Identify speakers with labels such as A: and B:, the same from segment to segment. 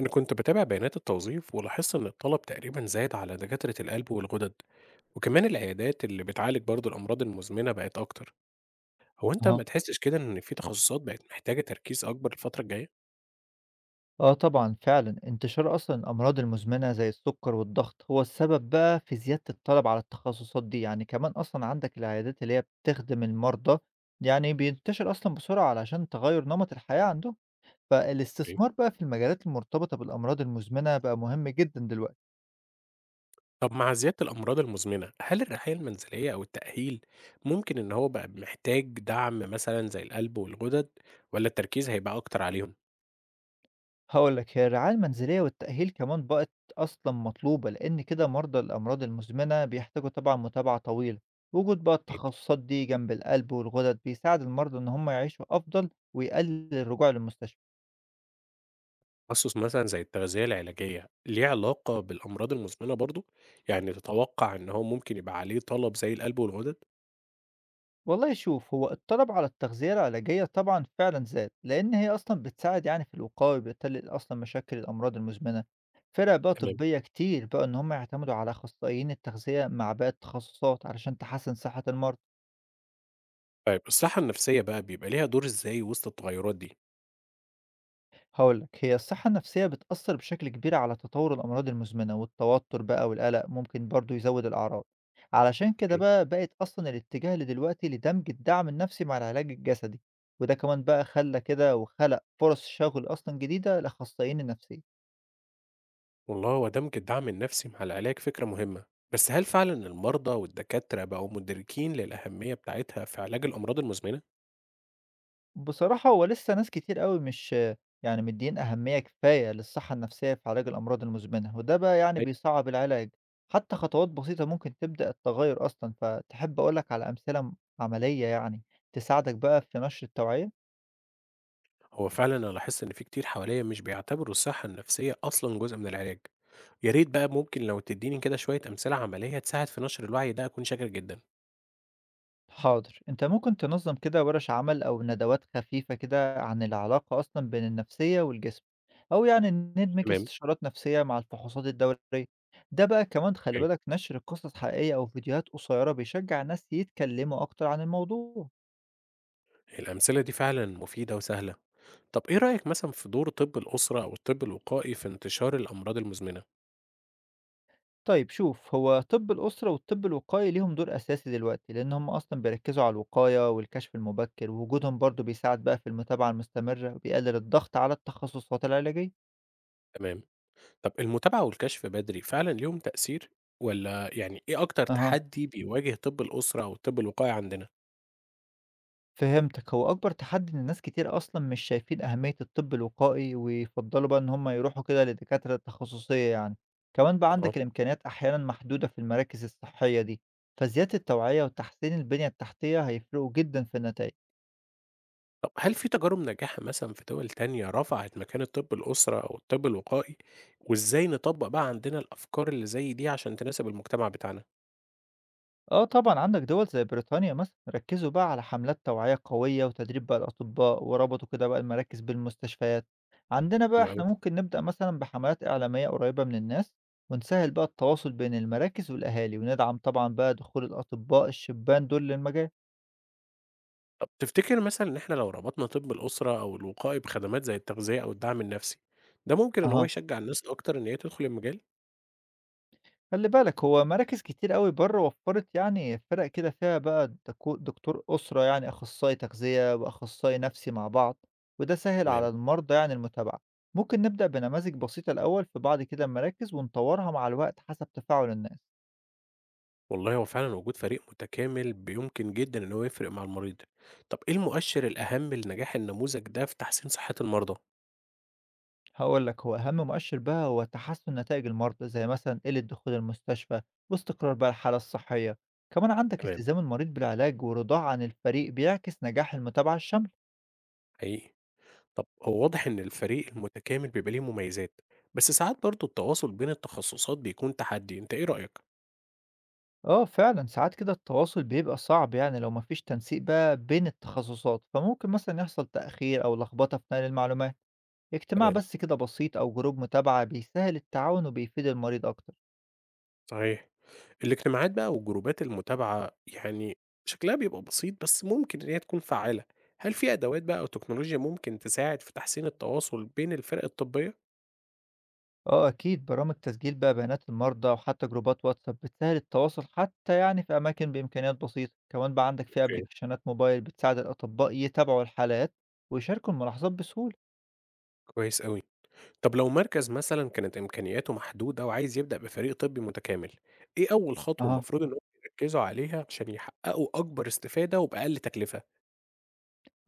A: أنا كنت بتابع بيانات التوظيف ولاحظت إن الطلب تقريبا زاد على دكاترة القلب والغدد، وكمان العيادات اللي بتعالج برضه الأمراض المزمنة بقت أكتر. هو أنت
B: أها.
A: ما تحسش كده إن في تخصصات بقت محتاجة تركيز أكبر الفترة الجاية؟
B: آه طبعًا فعلًا، انتشار أصلًا الأمراض المزمنة زي السكر والضغط هو السبب بقى في زيادة الطلب على التخصصات دي، يعني كمان أصلًا عندك العيادات اللي هي بتخدم المرضى يعني بينتشر أصلًا بسرعة علشان تغيّر نمط الحياة عندهم،
A: أوكي.
B: فالاستثمار بقى في المجالات المرتبطة بالأمراض المزمنة بقى مهم جدًا دلوقتي.
A: طب مع زيادة الأمراض المزمنة هل الرعاية المنزلية أو التأهيل ممكن إن هو بقى محتاج دعم مثلا زي القلب والغدد، ولا التركيز هيبقى أكتر عليهم؟
B: هاقول لك هي الرعاية المنزلية والتأهيل كمان بقت أصلًا مطلوبة، لأن كده مرضى الأمراض المزمنة بيحتاجوا طبعًا متابعة طويلة، وجود بقى التخصصات دي جنب القلب والغدد بيساعد المرضى إن هم يعيشوا أفضل ويقلل الرجوع للمستشفى.
A: تخصص مثلًا زي التغذية العلاجية، ليه علاقة بالأمراض المزمنة برضه؟ يعني تتوقع إن هو ممكن يبقى عليه طلب زي القلب والغدد؟
B: والله شوف هو الطلب على التغذية العلاجية طبعًا فعلًا زاد، لأن هي أصلًا بتساعد يعني في الوقاية وبتقلل أصلًا مشاكل الأمراض المزمنة. فرق بقى
A: تمام.
B: طبية كتير بقوا إن هم يعتمدوا على أخصائيين التغذية مع باقي التخصصات علشان تحسن صحة المرضى.
A: طيب الصحة النفسية بقى بيبقى ليها دور إزاي وسط التغيرات دي؟
B: هقول لك هي الصحة النفسية بتأثر بشكل كبير على تطور الأمراض المزمنة والتوتر بقى والقلق ممكن برضو يزود الأعراض، علشان كده
A: أوكي.
B: بقى بقت أصلا الاتجاه لدلوقتي لدمج الدعم النفسي مع العلاج الجسدي، وده كمان بقى خلى كده وخلق فرص شغل أصلا جديدة لأخصائيين النفسية.
A: والله هو دمج الدعم النفسي مع العلاج فكرة مهمة، بس هل فعلًا المرضى والدكاترة بقوا مدركين للأهمية بتاعتها في علاج الأمراض المزمنة؟
B: بصراحة هو لسه ناس كتير أوي مش يعني مدين أهمية كفاية للصحة النفسية في علاج الأمراض المزمنة، وده بقى يعني
A: أيوه.
B: بيصعب العلاج. حتى خطوات بسيطة ممكن تبدأ التغير أصلا، فتحب أقولك على أمثلة عملية يعني تساعدك بقى في نشر التوعية.
A: هو فعلًا أنا لاحظت إن في كتير حواليا مش بيعتبروا الصحة النفسية أصلًا جزء من العلاج، يا ريت بقى ممكن لو تديني كده شوية أمثلة عملية تساعد في نشر الوعي ده أكون شاكر جدًا.
B: حاضر، أنت ممكن تنظّم كده ورش عمل أو ندوات خفيفة كده عن العلاقة أصلًا بين النفسية والجسم، أو يعني ندمج
A: تمام.
B: استشارات نفسية مع الفحوصات الدورية، ده بقى كمان خلي
A: أوكي.
B: بالك نشر قصص حقيقية أو فيديوهات قصيرة بيشجع الناس يتكلموا أكتر عن الموضوع.
A: الأمثلة دي فعلًا مفيدة وسهلة. طب إيه رأيك مثلًا في دور طِب الأسرة أو الطِب الوقائي في انتشار الأمراض المزمنة؟
B: طيب شوف هو طب الأسرة والطب الوقائي ليهم دور أساسي دلوقتي، لأن هم أصلًا بيركزوا على الوقاية والكشف المبكر، ووجودهم برضه بيساعد بقى في المتابعة المستمرة وبيقلل الضغط على التخصصات العلاجية.
A: تمام. طب المتابعة والكشف بدري فعلًا ليهم تأثير، والّا يعني إيه أكتر
B: أها.
A: تحدي بيواجه طِب الأسرة أو الطِب الوقائي عندنا؟
B: فهمتك، هو أكبر تحدي إن ناس كتير أصلًا مش شايفين أهمية الطب الوقائي ويفضّلوا بقى إن هم يروحوا كده لدكاترة تخصصية يعني، كمان بقى
A: أها.
B: عندك الإمكانيات أحيانًا محدودة في المراكز الصحية دي، فزيادة التوعية وتحسين البنية التحتية هيفرقوا جدًا في النتايج.
A: طب هل في تجارب ناجحة مثلًا في دول تانية رفعت مكانة طِب الأسرة أو الطِب الوقائي، وإزاي نطبّق بقى عندنا الأفكار اللي زي دي عشان تناسب المجتمع بتاعنا؟
B: آه طبعًا عندك دول زي بريطانيا مثلًا ركّزوا بقى على حملات توعية قوية وتدريب بقى الأطباء، وربطوا كده بقى المراكز بالمستشفيات. عندنا بقى
A: حلو أوي.
B: إحنا ممكن نبدأ مثلًا بحملات إعلامية قريبة من الناس، ونسهّل بقى التواصل بين المراكز والأهالي، وندعم طبعًا بقى دخول الأطباء الشبان دول للمجال.
A: طب تفتكر مثلًا إن إحنا لو ربطنا طب الأسرة أو الوقائي بخدمات زي التغذية أو الدعم النفسي، ده ممكن إن هو
B: أها،
A: يشجع الناس أكتر إن هي تدخل المجال؟
B: خلّي بالك هو مراكز كتير أوي برّه وفّرت يعني فرق كده فيها بقى دكتور أسرة يعني أخصائي تغذية وأخصائي نفسي مع بعض، وده سهّل على
A: تمام.
B: المرضى يعني المتابعة. ممكن نبدأ بنماذج بسيطة الأول في بعض كده المراكز ونطوّرها مع الوقت حسب تفاعل الناس.
A: والله هو فعلًا وجود فريق متكامل ب يمكن جدًا إن هو يفرق مع المريض. طب إيه المؤشر الأهم لنجاح النموذج ده في تحسين صحة المرضى؟
B: هاقول لك هو أهم مؤشر بقى هو تحسّن نتايج المرضى، زي مثلًا قِلّة دخول المستشفى واستقرار بقى الحالة الصحية. كمان عندك
A: تمام.
B: التزام المريض بالعلاج ورضاه عن الفريق بيعكس نجاح المتابعة الشاملة.
A: حقيقي. طب هو واضح إن الفريق المتكامل بيبقى ليه مميزات، بس ساعات برضه التواصل بين التخصصات بيكون تحدي، أنت إيه رأيك؟
B: آه فعلًا، ساعات كده التواصل بيبقى صعب يعني لو ما فيش تنسيق بقى بين التخصصات، فممكن مثلًا يحصل تأخير أو لخبطة في نقل المعلومات. اجتماع
A: تمام.
B: بس كده بسيط أو جروب متابعة بيسهل التعاون وبيفيد المريض أكتر.
A: صحيح. الاجتماعات بقى والجروبات المتابعة يعني شكلها بيبقى بسيط بس ممكن إن هي تكون فعالة. هل في أدوات بقى أو تكنولوجيا ممكن تساعد في تحسين التواصل بين الفرق الطبية؟
B: آه أكيد، برامج تسجيل بقى بيانات المرضى وحتى جروبات واتساب بتسهل التواصل حتى يعني في أماكن بإمكانيات بسيطة. كمان بقى عندك في
A: اوكي.
B: أبليكيشنات موبايل بتساعد الأطباء يتابعوا الحالات ويشاركوا الملاحظات بسهولة.
A: كويس أوي. طب لو مركز مثلا كانت إمكانياته محدودة وعايز يبدأ بفريق طبي متكامل، إيه أول خطوة
B: أها.
A: المفروض إن هم يركزوا عليها عشان يحققوا أكبر استفادة وبأقل تكلفة؟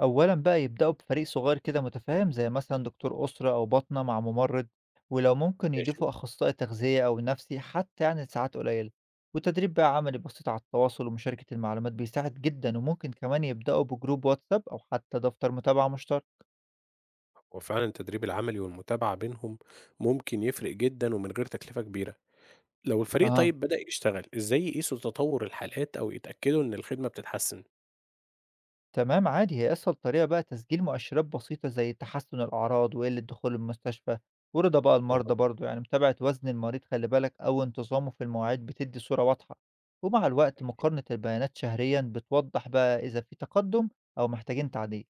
B: أولًا بقى يبدأوا بفريق صغير كده متفاهم زي مثلًا دكتور أسرة أو باطنة مع ممرض، ولو ممكن
A: ماشي.
B: يضيفوا أخصائي تغذية أو نفسي حتى يعني لساعات قليلة، وتدريب بقى عملي بسيط على التواصل ومشاركة المعلومات بيساعد جدًا، وممكن كمان يبدأوا بجروب واتساب أو حتى دفتر متابعة مشترك.
A: وفعلا التدريب العملي والمتابعة بينهم ممكن يفرق جدا ومن غير تكلفة كبيرة. لو الفريق
B: أها.
A: طيب بدأ يشتغل، إزاي يقيسوا تطور الحالات أو يتأكدوا إن الخدمة بتتحسن؟
B: تمام عادي، هي أسهل طريقة بقى تسجيل مؤشرات بسيطة زي تحسن الأعراض وقلة دخول المستشفى ورضا بقى المرضى،
A: فاهمك.
B: برضو يعني متابعة وزن المريض خلي بالك أو انتظامه في المواعيد بتدي صورة واضحة، ومع الوقت مقارنة البيانات شهريا بتوضح بقى إذا في تقدم أو محتاجين تعديل.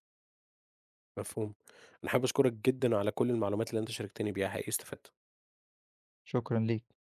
A: مفهوم. أنا حابب أشكرك جدًا على كل المعلومات اللي أنت شاركتني بيها، حقيقي استفدت.
B: شكرا ليك.